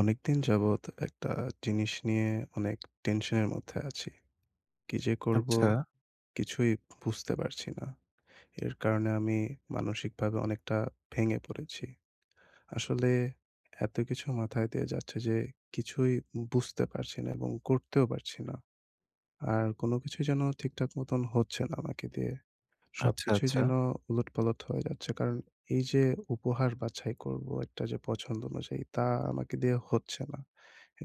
অনেকদিন যাবৎ একটা জিনিস নিয়ে অনেক টেনশনের মধ্যে আছি। কি যে করব আচ্ছা, কিছুই বুঝতে পারছি না। এর কারণে আমি মানসিকভাবে অনেকটা ভেঙে পড়েছি। আসলে এত কিছু মাথায় দিয়ে যাচ্ছে যে কিছুই বুঝতে পারছি না এবং করতেও পারছি না। আর কোনো কিছুই যেন ঠিকঠাক মতন হচ্ছে না আমাকে দিয়ে। আচ্ছা, সবকিছুই আচ্ছা। যেন উলটপালট হয়ে যাচ্ছে। কারণ এই যে উপহার বাছাই করব একটা যে পছন্দ অনুযায়ী, তা আমাকে দিয়ে হচ্ছে না।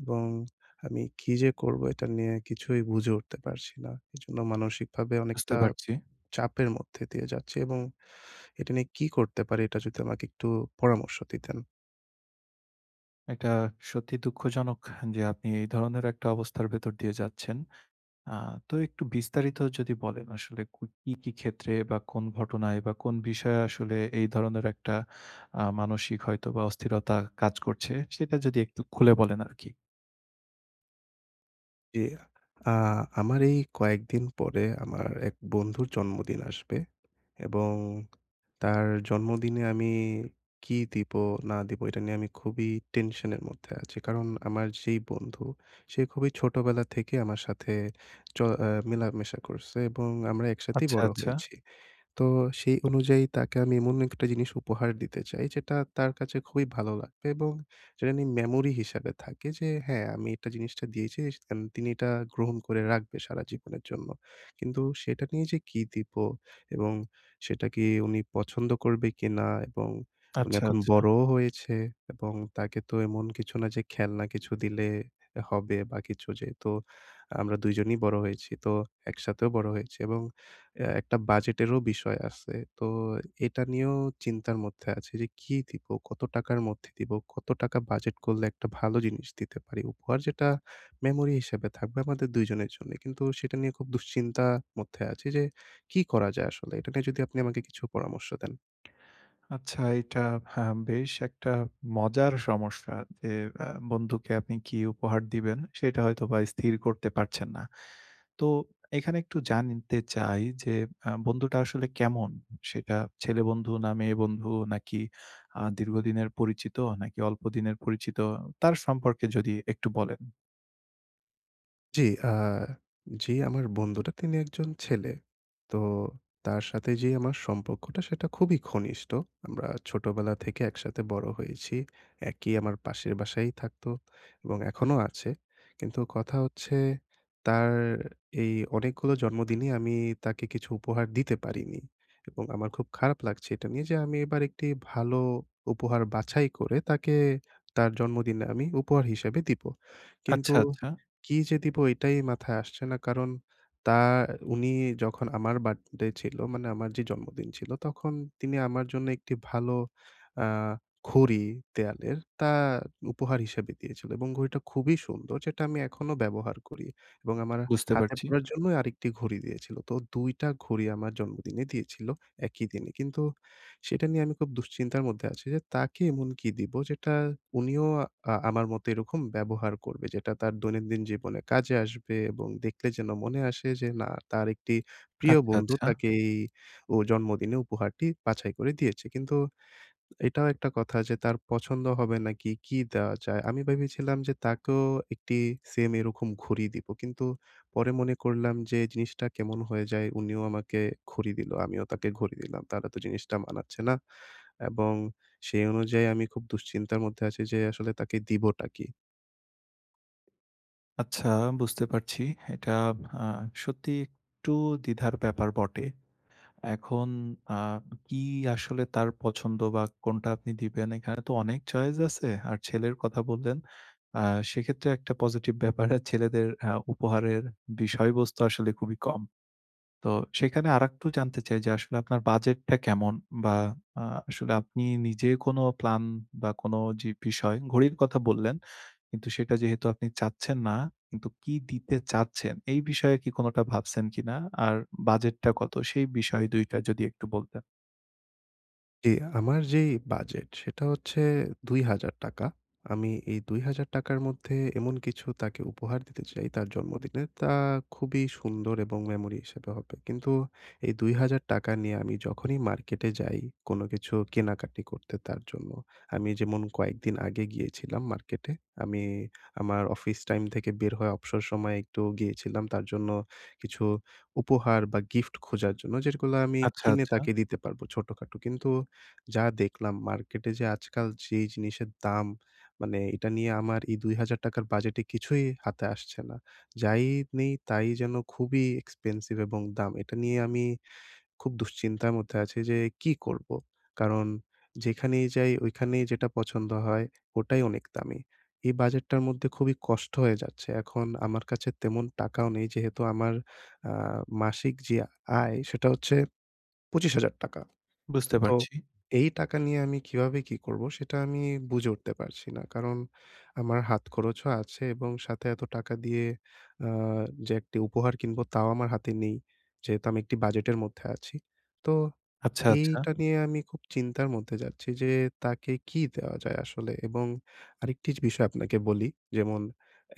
এবং আমি কি যে করব এটা নিয়ে কিছুই বুঝে উঠতে পারছি না। এজন্য মানসিকভাবে বুঝতে অনেকটা পারছি। চাপের মধ্যে দিয়ে যাচ্ছি, এবং এটা নিয়ে কি করতে পারি এটা যদি আমাকে একটু পরামর্শ দিতেন। এটা সত্যি দুঃখজনক যে আপনি এই ধরনের একটা অবস্থার ভেতর দিয়ে যাচ্ছেন। আ তো একটু বিস্তারিত যদি বলেন আসলে কি, কি ক্ষেত্রে বা কোন ঘটনায় বা কোন বিষয়ে আসলে এই ধরনের একটা মানসিক হয়তোবা অস্থিরতা কাজ করছে সেটা যদি একটু খুলে বলেন আরকি। জি। আ আমার এই কয়েকদিন পরে আমার এক বন্ধুর জন্মদিন আসবে, এবং তার জন্মদিনে আমি কি দিব না দিব এটা নিয়ে আমি খুবই টেনশনের মধ্যে আছি। কারণ আমার যেই বন্ধু, সে খুবই ছোটবেলা থেকে আমার সাথে চ আ মেলামেশা করছে এবং আমরা একসাথেই আচ্ছা, বড় আচ্ছা, হয়েছি। তো সেই অনুযায়ী তাকে আমি এমন একটা জিনিস উপহার দিতে চাই যেটা তার কাছে খুবই ভালো লাগবে, এবং যেটা নিয়ে মেমোরি হিসাবে থাকে যে, হ্যাঁ, আমি এটা জিনিসটা দিয়েছি এন তিনি এটা গ্রহণ করে রাখবে সারা জীবনের জন্য। কিন্তু সেটা নিয়ে যে কি দিব, এবং সেটা কি উনি পছন্দ করবে কিনা, এবং উনি আচ্ছা, এখন আচ্ছা। বড়ও হয়েছে, এবং তাকে তো এমন কিছু না যে খেলনা কিছু দিলে হবে বা কিছু, যেহেতু আমরা ২ জনই বড় হয়েছি। তো একসাথেও বড় হয়েছি, এবং একটা বাজেটেরও বিষয় আছে। তো এটা নিয়েও চিন্তার মধ্যে আছি যে কি দিব? কত টাকার মধ্যে দিব? কত টাকা বাজেট করলে একটা ভালো জিনিস দিতে পারি? উপহার যেটা মেমোরি হিসেবে থাকবে আমাদের ২ জনের জন্যে। কিন্তু সেটা নিয়ে খুব দুশ্চিন্তার মধ্যে আছি যে কি করা যায় আসলে? এটা নিয়ে যদি আপনি আমাকে কিছু পরামর্শ দেন। আচ্ছা এটা হ্যাঁ, বেশ একটা মজার সমস্যা যে আহ, বন্ধুকে আপনি কি উপহার দিবেন সেটা হয়তো বা স্থির করতে পারছেন না। তো এখানে একটু জানতে চাই যে আহ, বন্ধুটা আসলে কেমন? সেটা ছেলে বন্ধু না মেয়ে বন্ধু নাকি আহ, দীর্ঘদিনের পরিচিত নাকি অল্প দিনের পরিচিত? তার সম্পর্কে যদি একটু বলেন। জি, আ জি, আমার বন্ধুটা তিনি একজন ছেলে। তো তার সাথে যে আমার সম্পর্কটা, সেটা খুবই ঘনিষ্ঠ। আমরা ছোটবেলা থেকে একসাথে বড় হয়েছি। একই আমার পাশের বাসায়ই থাকতো, এবং এখনো আছে। কিন্তু কথা হচ্ছে, তার এই অনেকগুলো জন্মদিনে আমি তাকে কিছু উপহার দিতে পারিনি, এবং আমার খুব খারাপ লাগছে এটা নিয়ে যে, আমি এবার একটি ভালো উপহার বাছাই করে তাকে তার জন্মদিনে আমি উপহার হিসেবে দিব। কিন্তু আচ্ছা, আচ্ছা, কি যে দিব এটাই মাথায় আসছে না। কারণ তা উনি, যখন আমার বার্থডে ছিল, মানে আমার যে জন্মদিন ছিল, তখন তিনি আমার জন্য একটি ভালো আ ঘড়ি, দেয়ালের তা উপহার হিসেবে দিয়েছিল, এবং ঘড়িটা খুবই সুন্দর যেটা আমি এখনো ব্যবহার করি, এবং আমার বুঝতে হাতে পারছি। পরার জন্য আরেকটি ঘড়ি দিয়েছিল। তো ২ টা ঘড়ি আমার জন্মদিনে দিয়েছিল একই দিনে। কিন্তু সেটা নিয়ে আমি খুব দুশ্চিন্তার মধ্যে আছি যে তাকে এমন কি দিব যেটা উনিও আমার মতো এরকম ব্যবহার করবে। যেটা তার দৈনন্দিন জীবনে কাজে আসবে, এবং দেখলে যেন মনে আসে যে, না, তার একটি প্রিয় আচ্ছা, বন্ধু আচ্ছা, তাকে এই ও জন্মদিনে উপহারটি বাছাই করে দিয়েছে। কিন্তু এটাও একটা কথা যে তার পছন্দ হবে নাকি, কি দেওয়া যায়? আমি ভেবেছিলাম যে তাকেও একটি সেম এরকম ঘড়ি দিব। কিন্তু পরে মনে করলাম যে জিনিসটা কেমন হয়ে যায়, উনিও আমাকে ঘড়ি দিল, আমিও তাকে ঘড়ি দিলাম। তাহলে তো জিনিসটা মানাচ্ছে না। এবং সেই অনুযায়ী আমি খুব দুশ্চিন্তার মধ্যে আছি যে আসলে তাকে দিবোটা কি? আচ্ছা বুঝতে পারছি। এটা আহ, সত্যি একটু দ্বিধার ব্যাপার বটে। এখন আ কি আসলে তার পছন্দ বা কোনটা আপনি দিবেন? এখানে তো অনেক চয়েস আছে। আর ছেলের কথা বললেন। আ সেক্ষেত্রে একটা পজিটিভ ব্যাপার আর ছেলেদের উপহারের বিষয়বস্তু আসলে খুবই কম। তো সেখানে আরেকটু জানতে চাই যে আসলে আপনার বাজেটটা কেমন? বা আ আসলে আপনি নিজে কোনো প্ল্যান বা কোনো যে বিষয় ঘড়ির কথা বললেন। কিন্তু সেটা যেহেতু আপনি চাচ্ছেন না, কিন্তু কি দিতে চাচ্ছেন এই বিষয়ে কি কোনটা ভাবছেন কিনা? আর বাজেটটা কত? সেই বিষয় ২ টা যদি একটু বলতেন। জি, আমার যেই বাজেট সেটা হচ্ছে ৳২,০০০। আমি এই ৳২,০০০ মধ্যে এমন কিছু তাকে উপহার দিতে চাই তার জন্মদিনে, তা খুবই সুন্দর এবং মেমোরি হিসেবে হবে। কিন্তু এই ৳২,০০০ নিয়ে আমি যখনই মার্কেটে যাই কোনো কিছু কেনাকাটি করতে তার জন্য, আমি যেমন কয়েকদিন আগে গিয়েছিলাম মার্কেটে। আমি আমার অফিস টাইম থেকে বের হয়ে অবসর সময়ে একটু গিয়েছিলাম তার জন্য কিছু উপহার বা গিফট খোঁজার জন্য, যেগুলো আমি আচ্ছা, কিনে আচ্ছা। তাকে দিতে পারবো ছোটখাটো। কিন্তু যা দেখলাম মার্কেটে যে আজকাল যেই জিনিসের দাম, মানে এটা নিয়ে আমার এই ৳২,০০০ র বাজেটে কিছুই হাতে আসছে না। যাই নেই তাই যেন খুবই এক্সপেনসিভ এবং দাম। এটা নিয়ে আমি খুব দুশ্চিন্তার মধ্যে আছি যে কি করব? কারণ যেখানেই যাই ওইখানেই যেটা পছন্দ হয়, ওটাই অনেক দামি। এই বাজেটটার মধ্যে খুবই কষ্ট হয়ে যাচ্ছে। এখন আমার কাছে তেমন টাকাও নেই, যেহেতু আমার আ মাসিক যে আয় সেটা হচ্ছে ৳২৫,০০০। বুঝতে তো পারছি। এই টাকা নিয়ে আমি কিভাবে কি করব সেটা আমি বুঝে উঠতে পারছি না। কারণ আমার হাত খরচও আছে, এবং সাথে এত টাকা দিয়ে আ যে একটি উপহার কিনবো তাও আমার হাতে নেই। যেহেতু আমি একটি বাজেটের মধ্যে আছি। তো আচ্ছা, আচ্ছা। এইটা নিয়ে আমি খুব চিন্তার মধ্যে যাচ্ছি যে তাকে কি দেওয়া যায় আসলে? এবং আরেকটি বিষয় আপনাকে বলি, যেমন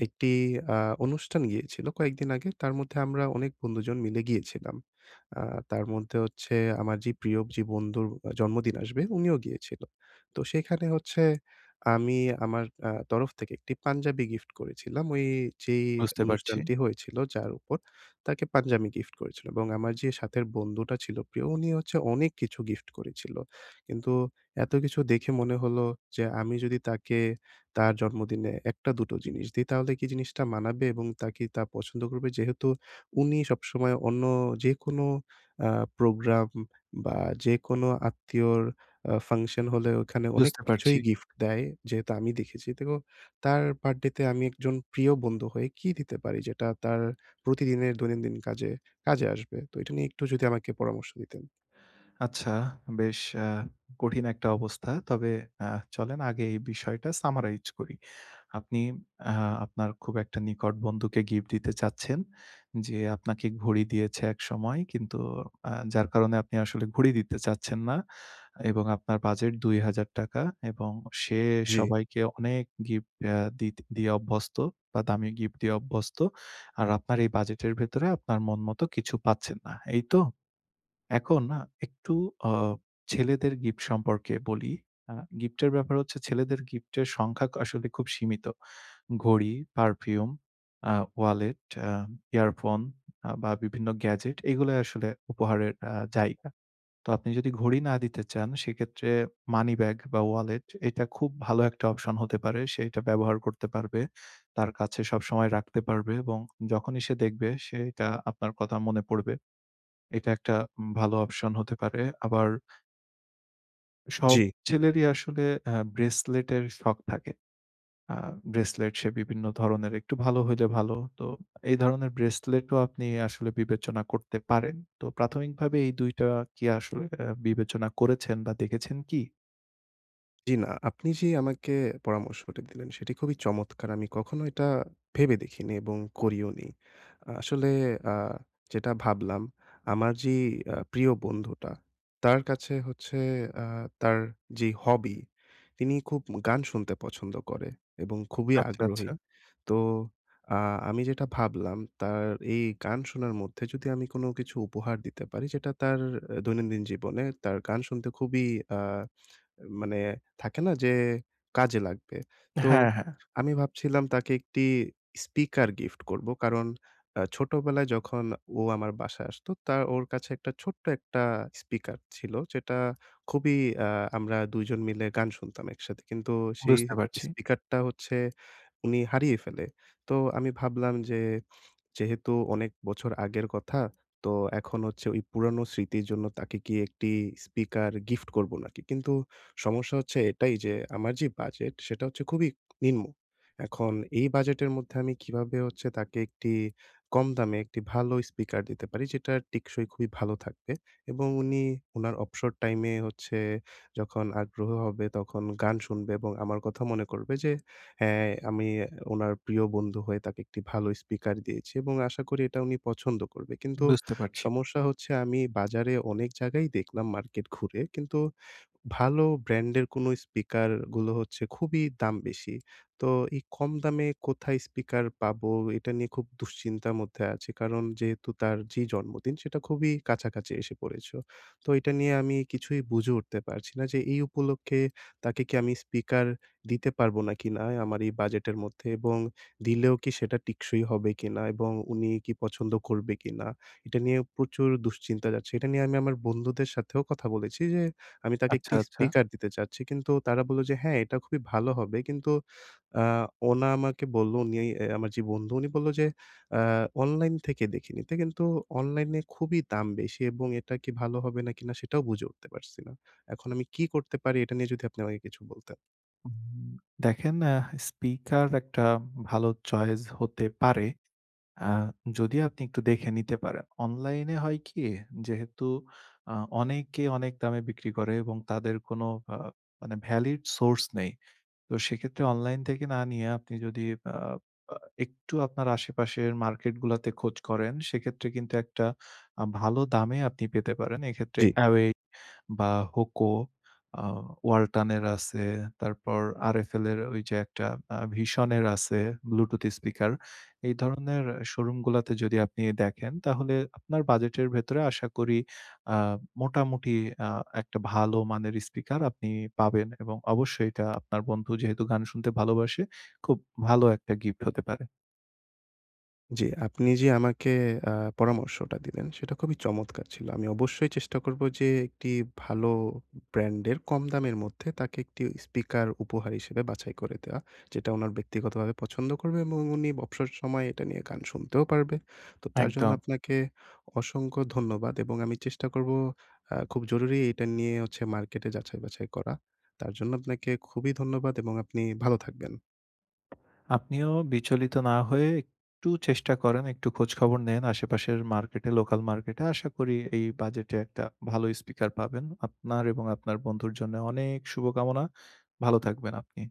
একটি আ অনুষ্ঠান গিয়েছিল কয়েকদিন আগে। তার মধ্যে আমরা অনেক বন্ধুজন মিলে গিয়েছিলাম। আ তার মধ্যে হচ্ছে আমার যে প্রিয় যে বন্ধুর জন্মদিন আসবে উনিও গিয়েছিল। তো সেখানে হচ্ছে আমি আমার তরফ থেকে একটি পাঞ্জাবি গিফট করেছিলাম ওই যেই বুঝতে পারছি, অনুষ্ঠানটি হয়েছিল, যার উপর তাকে পাঞ্জাবি গিফট করেছিল, এবং আমার যে সাথের বন্ধুটা ছিল প্রিয় উনি হচ্ছে অনেক কিছু গিফট করেছিল। কিন্তু এত কিছু দেখে মনে হলো যে, আমি যদি তাকে তার জন্মদিনে ১ টা ২ টো জিনিস দিই, তাহলে কি জিনিসটা মানাবে এবং তা কি তা পছন্দ করবে? যেহেতু উনি সবসময় অন্য যেকোনো আ প্রোগ্রাম বা যেকোনো আত্মীয়র ফাংশন হলে ওখানে অনেক বুঝতে পারছি। কিছুই গিফট দেয়, যেহেতু আমি দেখেছি। তো তার বার্থডেতে আমি একজন প্রিয় বন্ধু হয়ে কি দিতে পারি যেটা তার প্রতিদিনের দৈনন্দিন কাজে, কাজে আসবে। তো এটা নিয়ে একটু যদি আমাকে পরামর্শ দিতেন। আচ্ছা, বেশ আ কঠিন একটা অবস্থা। তবে আ চলেন আগে এই বিষয়টা summarize করি। আপনি আ আপনার খুব একটা নিকট বন্ধুকে গিফট দিতে চাচ্ছেন যে আপনাকে ঘড়ি দিয়েছে একসময়। কিন্তু যার কারণে আপনি আসলে ঘড়ি দিতে চাচ্ছেন না। এবং আপনার বাজেট ৳২,০০০ টাকা এবং সে জি, সবাইকে অনেক গিফট আ দিত দিয়ে অভ্যস্ত বা দামি গিফট দিয়ে অভ্যস্ত। আর আপনার এই বাজেটের ভেতরে আপনার মন মতো কিছু পাচ্ছেন না। এই তো? এখন না একটু অ ছেলেদের গিফট সম্পর্কে বলি। আ গিফটের ব্যাপার হচ্ছে ছেলেদের গিফটের সংখ্যা আসলে খুব সীমিত। ঘড়ি, পারফিউম, আ ওয়ালেট, আ ইয়ারফোন বা বিভিন্ন গ্যাজেট এগুলাই আসলে উপহারের জায়গা। তো আপনি যদি ঘড়ি না দিতে চান সেক্ষেত্রে মানি ব্যাগ বা ওয়ালেট এটা খুব ভালো একটা অপশন হতে পারে। সে এটা ব্যবহার করতে পারবে। তার কাছে সবসময় রাখতে পারবে এবং যখনই সে দেখবে সে এটা আপনার কথা মনে পড়বে। এটা একটা ভালো অপশন হতে পারে। আবার সব জি। ছেলেরই আসলে ব্রেসলেটের শখ থাকে। আ ব্রেসলেট সে বিভিন্ন ধরনের একটু ভালো হইলে ভালো। তো এই ধরনের ব্রেসলেটও আপনি আসলে বিবেচনা করতে পারেন। তো প্রাথমিকভাবে এই ২ টা কি আসলে বিবেচনা করেছেন বা দেখেছেন কি? জি না, আপনি যে আমাকে পরামর্শটা দিলেন সেটি খুবই চমৎকার। আমি কখনো এটা ভেবে দেখিনি এবং করিওনি। আসলে আ যেটা ভাবলাম, আমার যে প্রিয় বন্ধুটা, তার কাছে হচ্ছে আ তার যে হবি, তিনি খুব গান শুনতে পছন্দ করে এবং খুবই আচ্ছা, আচ্ছা। আগ্রহী। তো আ আমি যেটা ভাবলাম তার এই গান শোনার মধ্যে যদি আমি কোনো কিছু উপহার দিতে পারি যেটা তার দৈনন্দিন জীবনে তার গান শুনতে খুবই আ মানে থাকে না যে কাজে লাগবে। তো হ্যাঁ, হ্যাঁ। আমি ভাবছিলাম তাকে একটি স্পিকার গিফট করব। কারণ ছোটবেলায় যখন ও আমার বাসায় আসতো, তার ওর কাছে একটা ছোট্ট একটা স্পিকার ছিল যেটা খুবই, আ আমরা ২ জন মিলে গান শুনতাম একসাথে। কিন্তু সেই বুঝতে পারছি, স্পিকারটা হচ্ছে উনি হারিয়ে ফেলে। তো আমি ভাবলাম যে, যেহেতু অনেক বছর আগের কথা, তো এখন হচ্ছে ওই পুরানো স্মৃতির জন্য তাকে কি একটি স্পিকার গিফট করব নাকি? কিন্তু সমস্যা হচ্ছে এটাই যে আমার যে বাজেট সেটা হচ্ছে খুবই নিম্ন। এখন এই বাজেটের মধ্যে আমি কিভাবে হচ্ছে তাকে একটি কম দামে একটি ভালো স্পিকার দিতে পারি যেটা টেকসই খুবই ভালো থাকবে, এবং উনি উনার অবসর টাইমে হচ্ছে যখন আগ্রহ হবে তখন গান শুনবে এবং আমার কথা মনে করবে যে, হ্যাঁ, আমি উনার প্রিয় বন্ধু হয়ে তাকে একটি ভালো স্পিকার দিয়েছি এবং আশা করি এটা উনি পছন্দ করবে। কিন্তু বুঝতে পারছি। সমস্যা হচ্ছে আমি বাজারে অনেক জায়গায় দেখলাম মার্কেট ঘুরে। কিন্তু ভালো ব্র্যান্ডের কোনো স্পিকার গুলো হচ্ছে খুবই দাম বেশি। তো এই কম দামে কোথায় স্পিকার পাবো এটা নিয়ে খুব দুশ্চিন্তার মধ্যে আছি। কারণ যেহেতু তার যে জন্মদিন সেটা খুবই কাছাকাছি এসে পড়েছে। তো এটা নিয়ে আমি কিছুই বুঝে উঠতে পারছি না যে এই উপলক্ষে তাকে কি আমি স্পিকার দিতে পারবো না কিনা আমার এই বাজেটের মধ্যে, এবং দিলেও কি সেটা টিকসই হবে কিনা এবং উনি কি পছন্দ করবে কিনা? এটা নিয়ে প্রচুর দুশ্চিন্তা যাচ্ছে। এটা নিয়ে আমি আমার বন্ধুদের সাথেও কথা বলেছি যে আমি তাকে আচ্ছা, একটি আচ্ছা। স্পিকার দিতে চাচ্ছি। কিন্তু তারা বলল যে, "হ্যাঁ, এটা খুবই ভালো হবে।" কিন্তু আ ওনা আমাকে বলল, উনি, আমার যে বন্ধু উনি বলল যে, "আ অনলাইন থেকে দেখে নিতে।" কিন্তু অনলাইনে খুবই দাম বেশি এবং এটা কি ভালো হবে নাকি না সেটাও বুঝে উঠতে পারছি না। এখন আমি কি করতে পারি এটা নিয়ে যদি আপনি আমাকে কিছু বলতেন? উম দেখেন স্পিকার একটা ভালো চয়েস হতে পারে। আ যদি আপনি একটু দেখে নিতে পারেন। অনলাইনে হয় কি? যেহেতু আ অনেকে অনেক দামে বিক্রি করে এবং তাদের কোনো আ মানে ভ্যালিড সোর্স নেই। তো সেক্ষেত্রে অনলাইন থেকে না নিয়ে আপনি যদি আ আ একটু আপনার আশেপাশের মার্কেট গুলাতে খোঁজ করেন, সেক্ষেত্রে কিন্তু একটা ভালো দামে আপনি পেতে পারেন। এক্ষেত্রে জি। অ্যাওয়ে বা হোকো, আ Walton এর আছে, তারপর RFL এর ওই যে একটা ভীষণ এর আছে ব্লুটুথ স্পিকার। এই ধরনের শোরুম গুলাতে যদি আপনি দেখেন তাহলে আপনার বাজেটের ভেতরে আশা করি আ মোটামুটি আ একটা ভালো মানের স্পিকার আপনি পাবেন এবং অবশ্যই এটা আপনার বন্ধু যেহেতু গান শুনতে ভালোবাসে, খুব ভালো একটা গিফট হতে পারে। জি, আপনি যে আমাকে আ পরামর্শটা দিলেন সেটা খুবই চমৎকার ছিল। আমি অবশ্যই চেষ্টা করব যে একটি ভালো ব্র্যান্ডের কম দামের মধ্যে তাকে একটি স্পিকার উপহার হিসেবে বাছাই করে দেওয়া। যেটা উনার ব্যক্তিগতভাবে পছন্দ করবে এবং উনি অবসর সময়ে এটা নিয়ে গান শুনতেও পারবে। তো তার জন্য একদম। আপনাকে অসংখ্য ধন্যবাদ, এবং আমি চেষ্টা করব, খুব জরুরি এটা নিয়ে হচ্ছে মার্কেটে যাচাই-বাছাই করা। তার জন্য আপনাকে খুবই ধন্যবাদ এবং আপনি ভালো থাকবেন। আপনিও বিচলিত না হয়ে একটু চেষ্টা করেন, একটু খোঁজখবর নেন আশেপাশের মার্কেটে, লোকাল মার্কেটে। আশা করি এই বাজেটে একটা ভালো স্পিকার পাবেন। আপনার এবং আপনার বন্ধুর জন্য অনেক শুভকামনা। ভালো থাকবেন আপনি।